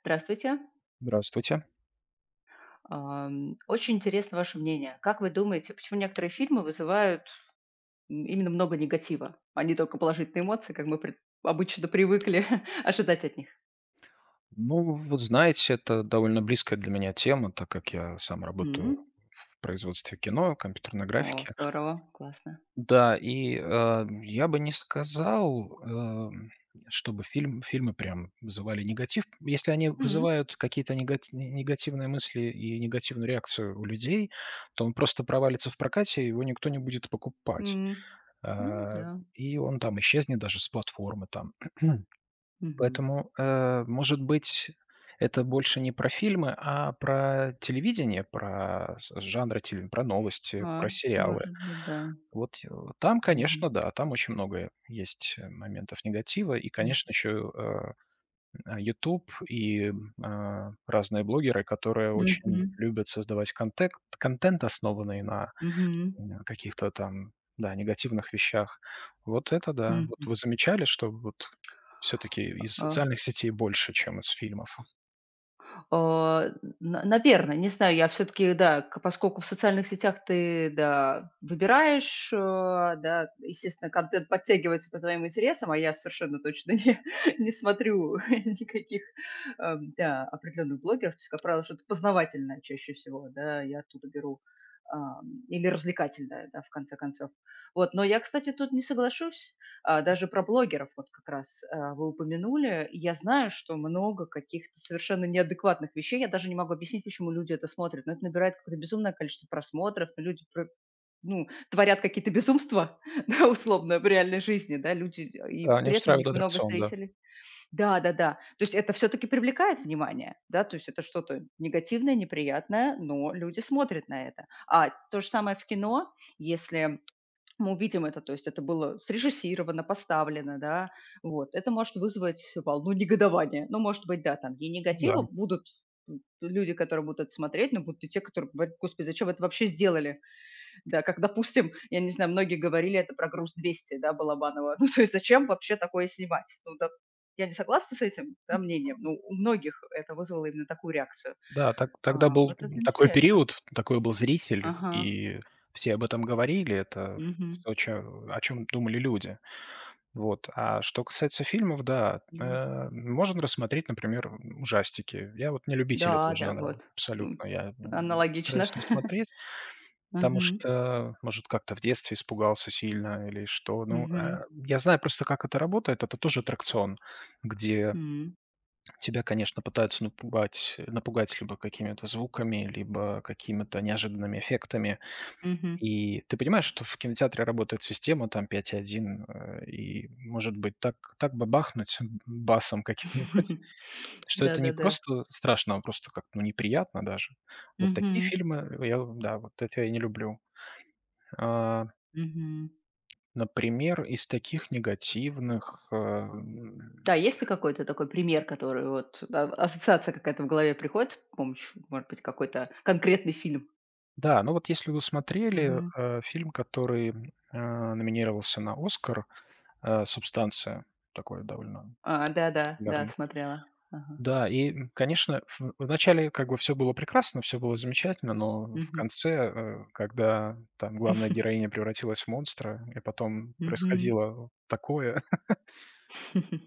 Здравствуйте. Здравствуйте. Очень интересно ваше мнение. Как вы думаете, почему некоторые фильмы вызывают именно много негатива, а не только положительные эмоции, как мы обычно привыкли ожидать от них? Ну, вот знаете, это довольно близкая для меня тема, так как я сам работаю М, в производстве кино, компьютерной О, графики. здорово, классно. Да, и, я бы не сказал, чтобы фильмы прям вызывали негатив. Если они М, вызывают какие-то негативные мысли и негативную реакцию у людей, то он просто провалится в прокате, и его никто не будет покупать. м, м, Э, да. и он там исчезнет даже с платформы там. Мгм. Поэтому, может быть, это больше не про фильмы, а про телевидение, про с жанры теле про новости, про А, сериалы. может быть, да. Вот, там, Мгм, конечно, да, там очень много есть, моментов негатива. И, мгм. конечно, еще, YouTube и, разные блогеры, которые очень Мгм, любят создавать контент, основанный на каких-то там, да, негативных вещах. Вот это да. мгм, Вот мгм. вы замечали, что вот все таки из А, социальных сетей больше, чем из фильмов? А, на наверно, не знаю, я все таки да, к поскольку в социальных сетях ты, да, выбираешь, да, естественно, контент подтягивается по твоим интересам, а я совершенно точно не не смотрю никаких, да, определенных блогеров. То есть, как правило, что-то познавательное чаще всего, да, я оттуда беру, или развлекательное, да, в конце концов. Вот, но я, кстати, тут не соглашусь, даже про блогеров вот как раз, вы упомянули. Я знаю, что много каких-то совершенно неадекватных вещей. Я даже не могу объяснить, почему люди это смотрят. Но это набирает какое-то безумное количество просмотров. Но люди, ну, творят какие-то безумства, да, условно, в реальной жизни, да, люди, и Да, не при этом у устраивает них много аттракцион, да. зрителей. Да-да-да. То есть это все-таки привлекает внимание, да, то есть это что-то негативное, неприятное, но люди смотрят на это. А то же самое в кино, если мы увидим это, то есть это было срежиссировано, поставлено, да, вот. Это может вызвать волну негодования. Ну, может быть, да, там и Ну да. негатива будут люди, которые будут это смотреть, но будут и те, которые говорят: господи, зачем вы это вообще сделали? Да, как, допустим, я не знаю, многие говорили это про «Груз-200», да, Балабанова. Ну, то есть зачем вообще такое снимать? Ну, да, я не согласна с этим, да, мнением, но у многих это вызвало именно такую реакцию. Да, так А, тогда был вот это такой интересно. период, такой был зритель, Ага, и все об этом говорили. Это мгм, то, чё о чем думали люди. Вот. А что касается фильмов, да, да. Можно рассмотреть, например, ужастики. Я вот не любитель Да, этого да, жанра вот, абсолютно. с Я, аналогично. стараюсь не смотреть. Потому Мгм, что, может, как-то в детстве испугался сильно или что. Ну, мгм, я знаю просто, как это работает. Это тоже аттракцион, где м, тебя, конечно, пытаются напугать, напугать либо какими-то звуками, либо какими-то неожиданными эффектами. мгм. И ты понимаешь, что в кинотеатре работает система там 5.1, и, может быть, так бы бахнуть басом каким-нибудь, что это не Да-да-да. просто страшно, а просто как-то ну, неприятно даже. Вот такие Мгм, фильмы, я, да, вот это я и не люблю. А, мгм. Например, из таких негативных, Да, есть ли какой-то такой пример, который вот, ассоциация какая-то в голове приходит, с помощью, может быть, какой-то конкретный фильм? да, ну вот если вы смотрели, Мгм. Фильм, который, номинировался на «Оскар», «Субстанция», такой довольно А, да-да, да, да, популярный. смотрела. Ага. Да, и, конечно, в начале как бы все было прекрасно, все было замечательно, но в Мгм. конце, когда там главная героиня превратилась в монстра, и потом Мгм. происходило такое.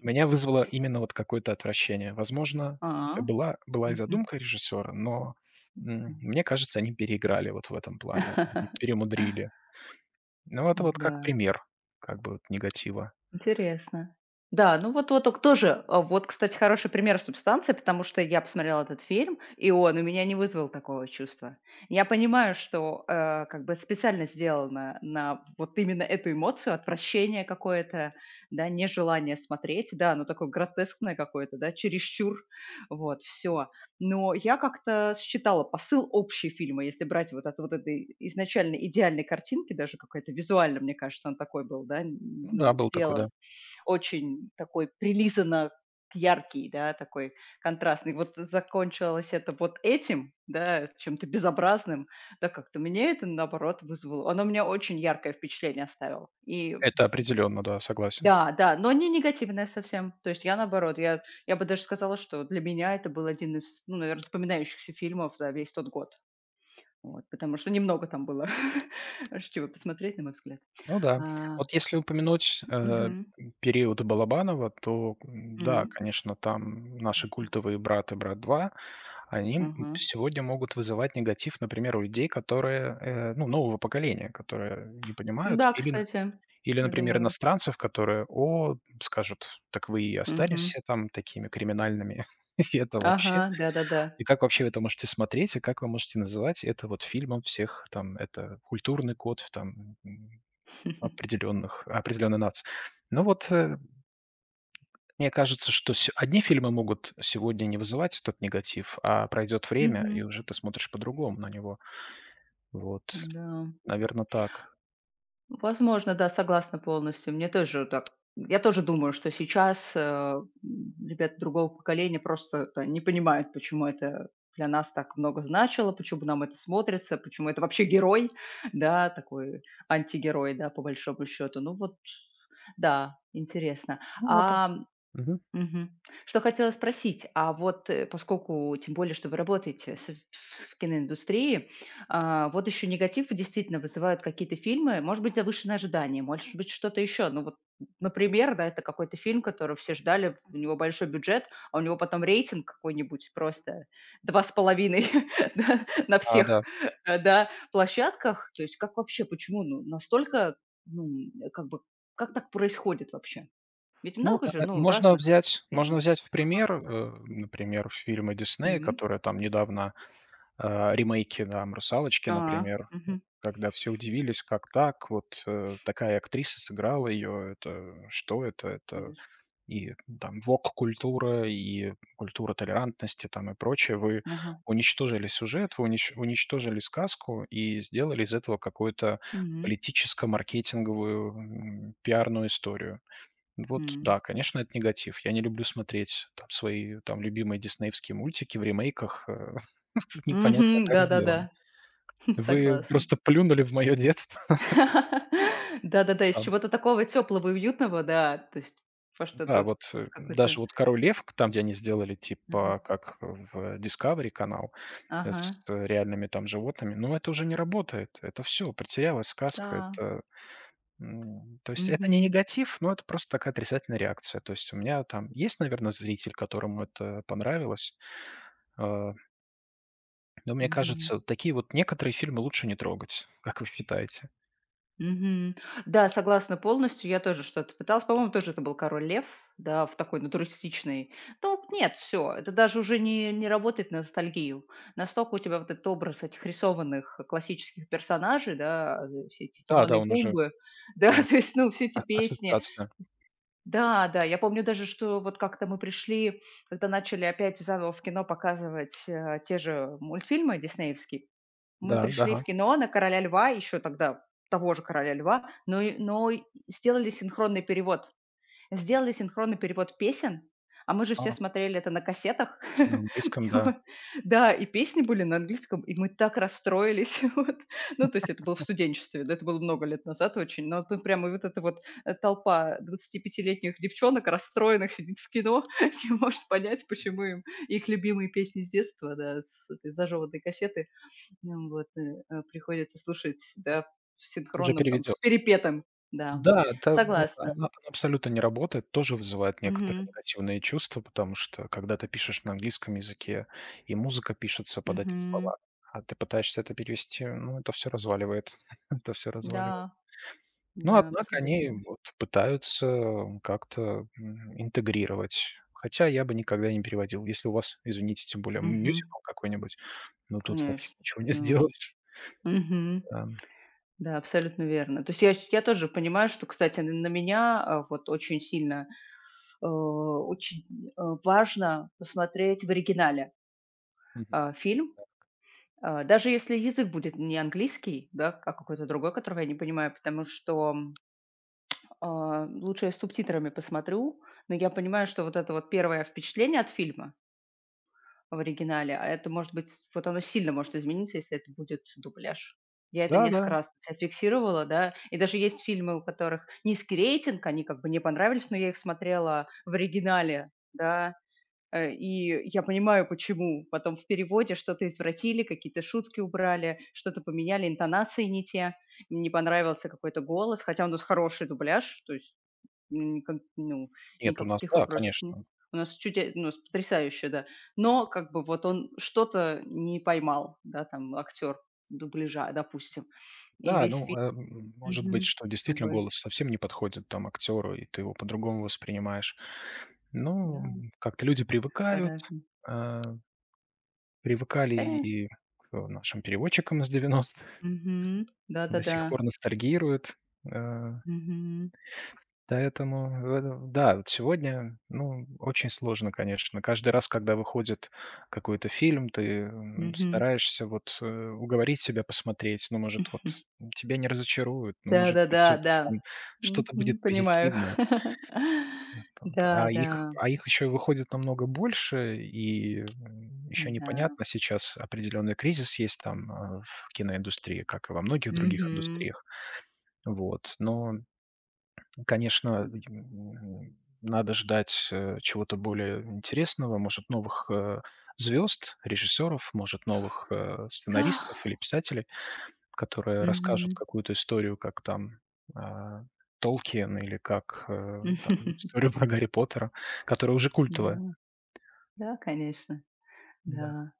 Меня вызвало именно вот какое-то отвращение. Возможно, это А. была и Мгм. задумка режиссера, но, мне кажется, они переиграли вот в этом плане, они перемудрили. Ну, это вот как Да. пример как бы вот негатива. Интересно. Да, ну вот ок тоже, вот, кстати, хороший пример «Субстанции», потому что я посмотрела этот фильм, и он у меня не вызвал такого чувства. Я понимаю, что, как бы специально сделано на вот именно эту эмоцию, отвращение какое-то, да, нежелание смотреть, да, оно такое гротескное какое-то, да, чересчур, вот, все. Но я как-то считала посыл общий фильма, если брать вот от вот этой изначально идеальной картинки, даже какой-то визуально, мне кажется, он такой был, да, н Ну ну, да, был такой, сделан да. очень такой прилизанно яркий, да, такой контрастный. Вот закончилось это вот этим, да, чем-то безобразным, да, как-то мне это, наоборот, вызвало. Оно у меня очень яркое впечатление оставило. И Это определенно, да, согласен. да, да, но не негативное совсем. То есть я, наоборот, я бы даже сказала, что для меня это был один из, ну, наверное, запоминающихся фильмов за весь тот год. Вот, потому что немного там было, чего посмотреть, на мой взгляд. Ну да. А, Вот если упомянуть, мгм. период Балабанова, то, да, м, конечно, там наши Интересно. культовые «Брат» и «Брат два», они, сегодня могут вызывать негатив, например, у людей, которые, ну, нового поколения, которые не понимают, Да, кстати, или, я например, думаю. иностранцев, которые: «О», скажут: «Так вы и остались Мгм. все там такими криминальными». И это Ага, вообще да-да-да. и как вообще вы это можете смотреть, и как вы можете называть это вот фильмом всех там, это культурный код, там, определенных определенной нации. Но вот, мне кажется, что се одни фильмы могут сегодня не вызывать тот негатив, а пройдет время, и Мгм. уже ты смотришь по-другому на него. Вот, Да. наверное, так. Возможно, да, согласна полностью. Мне тоже так Я тоже думаю, что сейчас, ребята другого поколения просто, да, не понимают, почему это для нас так много значило, почему нам это смотрится, почему это вообще герой, да, такой антигерой, да, по большому счету. Ну вот, да, интересно. Ну вот да. А. Мгм. Мгм. Что хотела спросить, вот, поскольку, тем более, что вы работаете с в киноиндустрии, вот еще негатив действительно вызывают какие-то фильмы, может быть, завышенные ожидания, может быть, что-то еще. Ну вот, например, да, это какой-то фильм, который все ждали, у него большой бюджет, а у него потом рейтинг какой-нибудь просто 2,5, да, на А, всех, да. Да, площадках. То есть как вообще, почему, ну, настолько, ну, как бы, как так происходит вообще? Ведь Ну, много же, ну, можно разных взять можно фильмов. взять в Ага. пример, например, фильмы Диснея, Мгм. которые там недавно, э, ремейки там «Русалочки», А, например, мгм. когда все удивились: «Как так? Вот, такая актриса сыграла ее. Это что это? Это». Да. И ну, там вок-культура, и культура толерантности там и прочее. Вы Ага. уничтожили сюжет, вы уничтожили сказку и сделали из этого какую-то Мгм. политическо-маркетинговую, пиарную историю. Вот, да, М. конечно, это негатив. Я не люблю смотреть там свои там любимые диснеевские мультики в ремейках, непонятно Мгм. как сделаны. Да-да-да, Вы согласна. просто плюнули в мое детство. Да-да-да, из чего-то такого теплого, и уютного, да, то есть во Да, что-то, вот, в какой-то... даже вот «Король лев», к там, где они сделали Ага. типа как в Discovery канал, Ага, с реальными там животными, ну, это уже не работает. Это все потерялась сказка. да. Это, то есть это не Мгм. негатив, но это просто такая отрицательная реакция. То есть у меня там есть, наверное, зритель, которому это понравилось, а, но мне Мгм. кажется, такие вот некоторые фильмы лучше не трогать. Как вы считаете? Мгм. Да, согласна полностью. Я тоже что-то пыталась. По-моему, тоже это был «Король лев», да, в такой натуристичной. Ну, нет, все это даже уже не работает на ностальгию. Настолько у тебя вот этот образ этих рисованных классических персонажей, да, все эти Да, Тимона да, и он уже, Пумбы, да, м, то есть, ну, все эти а песни. ассоциация. Да, да, я помню даже, что вот как-то мы пришли, когда начали опять заново в кино показывать, те же мультфильмы диснеевские, мы Да, да, пришли в ага. кино на «Короля льва», еще тогда того же «Короля льва», но и сделали синхронный перевод. Сделали синхронный перевод песен, а мы же А, все смотрели это на кассетах. на английском, да. Вот. Да, и песни были на английском, и мы так расстроились, вот. Ну, то есть это было в студенчестве, да, это было много лет назад очень, но тут прямо вот эта вот, толпа 25-летних девчонок расстроенных сидит в кино, не может понять, почему им их любимые песни с детства, да, с этой зажеванной кассеты, ну вот, приходится слушать, да, в Уже синхронном там, переведен. в перепетом, да. Да, это о Согласна. она абсолютно не работает, тоже вызывает некоторые Мгм. негативные чувства, потому что когда ты пишешь на английском языке, и музыка пишется под эти Мгм. слова, а ты пытаешься это перевести, ну, это все разваливает. Да, Но, да, однако, абсолютно. они вот пытаются как-то, интегрировать. Хотя я бы никогда не переводил. Если у вас, извините, тем более Мгм. мюзикл какой-нибудь, ну, тут вообще Конечно. ничего не Ну. сделаешь. Мгм. Да, Да, абсолютно верно. То есть я тоже понимаю, что, кстати, н на меня, вот очень сильно, очень, важно посмотреть в оригинале, мгм. Фильм. А, даже если язык будет не английский, да, а какой-то другой, которого я не понимаю, потому что... А, лучше я с субтитрами посмотрю, но я понимаю, что вот это вот первое впечатление от фильма в оригинале, а это может быть, вот оно сильно может измениться, если это будет дубляж. Я это Да-да. несколько раз для фиксировала, да, и даже есть фильмы, у которых низкий рейтинг, они как бы не понравились, но я их смотрела в оригинале, да. И я понимаю, почему. Потом в переводе что-то извратили, какие-то шутки убрали, что-то поменяли, интонации не те, не понравился какой-то голос, хотя у нас хороший дубляж, то есть, ну, Нет, у нас, никаких да, вопросов нет. конечно. У нас потрясающе, да. Но как бы вот он что-то не поймал, да, там актер дубляжа, допустим, и Да, весь ну, фильм, может быть, мгм, что действительно другой. голос совсем не подходит там актеру, и ты его по-другому воспринимаешь. Ну, Да, как-то люди привыкают, по-разному. э, привыкали Конечно. и к нашим переводчикам из 90-х Мгм. до Да-да-да. сих пор ностальгируют. Э Мгм. Поэтому в да, вот сегодня, ну, очень сложно, конечно. Каждый раз, когда выходит какой-то фильм, ты, Мгм. стараешься вот, уговорить себя посмотреть. Ну, может, вот тебя не разочаруют, ну, может быть, все Да-да-да, да, да, таки там да. что-то Мгм. будет Понимаю. позитивное. Э, п п Да, да, а их еще выходит намного больше, и, еще да. непонятно. Сейчас определенный кризис есть там, в киноиндустрии, как и во многих других Мгм. индустриях. Вот, но конечно, надо ждать, чего-то более интересного, может, новых, звезд, режиссеров, может, новых, Ах. сценаристов или писателей, которые расскажут Мгм. какую-то историю, как там, а, Толкин или как, там историю про Гарри Поттера, которая уже Да, культовая. да, конечно, Да. да.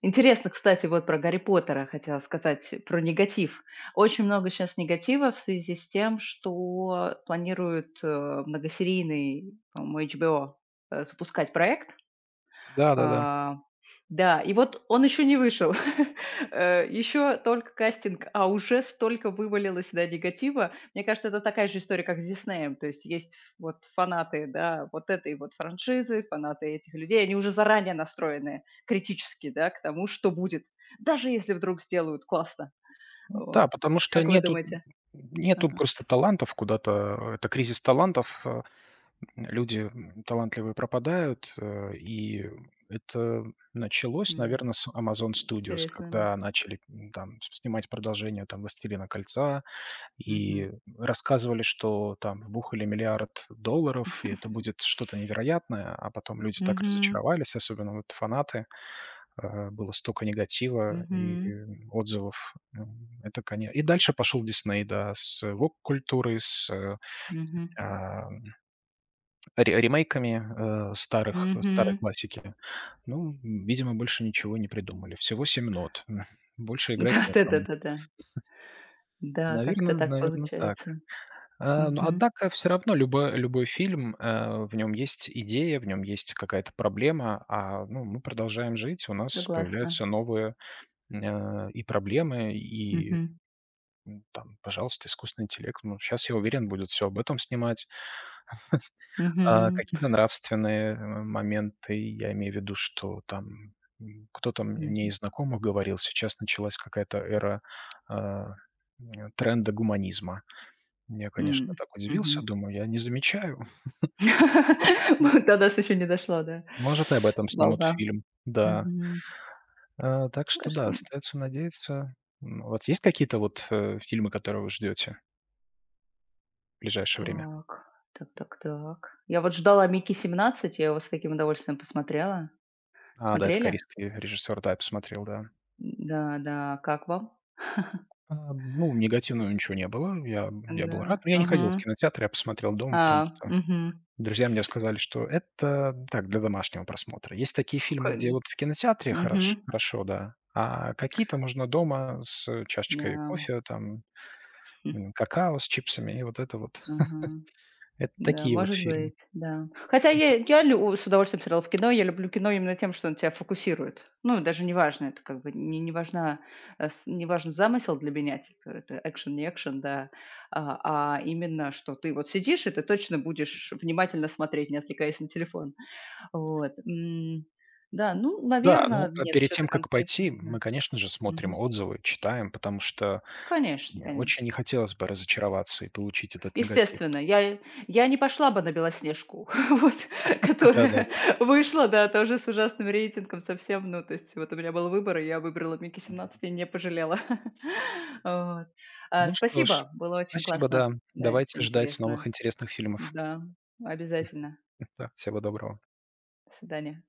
Интересно, кстати, вот про Гарри Поттера хотела сказать, про негатив. Очень много сейчас негатива в связи с тем, что планируют, многосерийный, по-моему, HBO, запускать проект. Да-да-да. А, да, и вот он еще не вышел. еще только кастинг, а уже столько вывалилось, да, негатива. Мне кажется, это такая же история, как с «Диснеем». То есть есть вот фанаты, да, вот этой вот франшизы, фанаты этих людей. Они уже заранее настроены критически, да, к тому, что будет, даже если вдруг сделают классно. Ну да, Вот. потому что Как вы нету думаете? нету Ага. просто талантов куда-то. Это кризис талантов. Люди талантливые пропадают, и это началось, М, наверное, с «Amazon Studios», Интересная когда мысль. начали, там с снимать продолжение, там, «Властелина кольца», Мгм. и рассказывали, что там вбухали $1 млрд, и это будет что-то невероятное, а потом люди так Мгм. разочаровались, особенно вот фанаты. Было столько негатива и Мгм. Отзывов. М, это коне И дальше пошел «Дисней», да, с вок-культурой, с, Мгм. а Ре ремейками, старых старой Мгм. классики. Ну, видимо, больше ничего не придумали. Всего 7 нот. Больше играть Да, некому. да-да-да-да. Да, как-то Наверное, так наверное так. получается. Но, Мгм. однако, все равно любой фильм, в нем есть идея, в нем есть какая-то проблема, ну, мы продолжаем жить, у нас Согласна. появляются новые, и проблемы, и, Мгм. Там, пожалуйста, искусственный интеллект. Ну, сейчас я уверен, будет все об этом снимать. Мгм. Какие-то нравственные, моменты. Я имею в виду, что там, кто-то мне Мгм. из знакомых говорил: «Сейчас началась какая-то эра, а, тренда гуманизма». Я, конечно, М. так удивился, Мгм. думаю, я не замечаю. А может Вот до нас еще не дошла, да, может, и об этом снимут волна. фильм. Да. Мгм. Так что да, Пошла. остается надеяться. Вот есть какие-то вот, фильмы, которые вы ждете в ближайшее время? Так, так так так. Я вот ждала «Микки 17», я его с таким удовольствием посмотрела. А, да, это Смотрели? корейский режиссер, да, я посмотрел, да. Да, да. Как вам? А, ну, негативного ничего не было. Я был Да. рад. Но я не ходил в Мгм. кинотеатр, я посмотрел дома, потому А, что мгм. друзья мне сказали, что это так, для домашнего просмотра. Есть такие фильмы, Хн. где вот в кинотеатре Мгм. Хорошо, да, а какие-то можно дома с чашечкой Да. кофе, там, Хм. Какао с чипсами, и вот. Ага. Это Да, такие вот может фильмы. быть, да. Хотя Да. Я лю с удовольствием смотрела в кино. Я люблю кино именно тем, что он тебя фокусирует. Ну, даже не важно, это как бы не важна, э, с не важен замысел для меня, типа это экшен, не экшен, да. А именно, что ты вот сидишь, и ты точно будешь внимательно смотреть, не отвлекаясь на телефон. Вот. Да, ну, Да, ну, наверное, а нет перед что тем, то как конкретно, пойти, да. мы, конечно же, смотрим Мгм. отзывы, читаем, потому что Конечно, конечно. Не хотелось бы разочароваться и получить этот негатив. Естественно, я не пошла бы на «Белоснежку», вот, Да-да-да. которая Да. вышла, да, тоже с ужасным рейтингом совсем. Ну, то есть вот у меня был выбор, и я выбрала «Микки Да. Да. 17» и не пожалела. Вот. А, Ну что ж, спасибо, было очень спасибо, классно. да. Да, Давайте очень ждать новых интересно. интересных фильмов. Да, обязательно. Да, всего доброго. До свидания.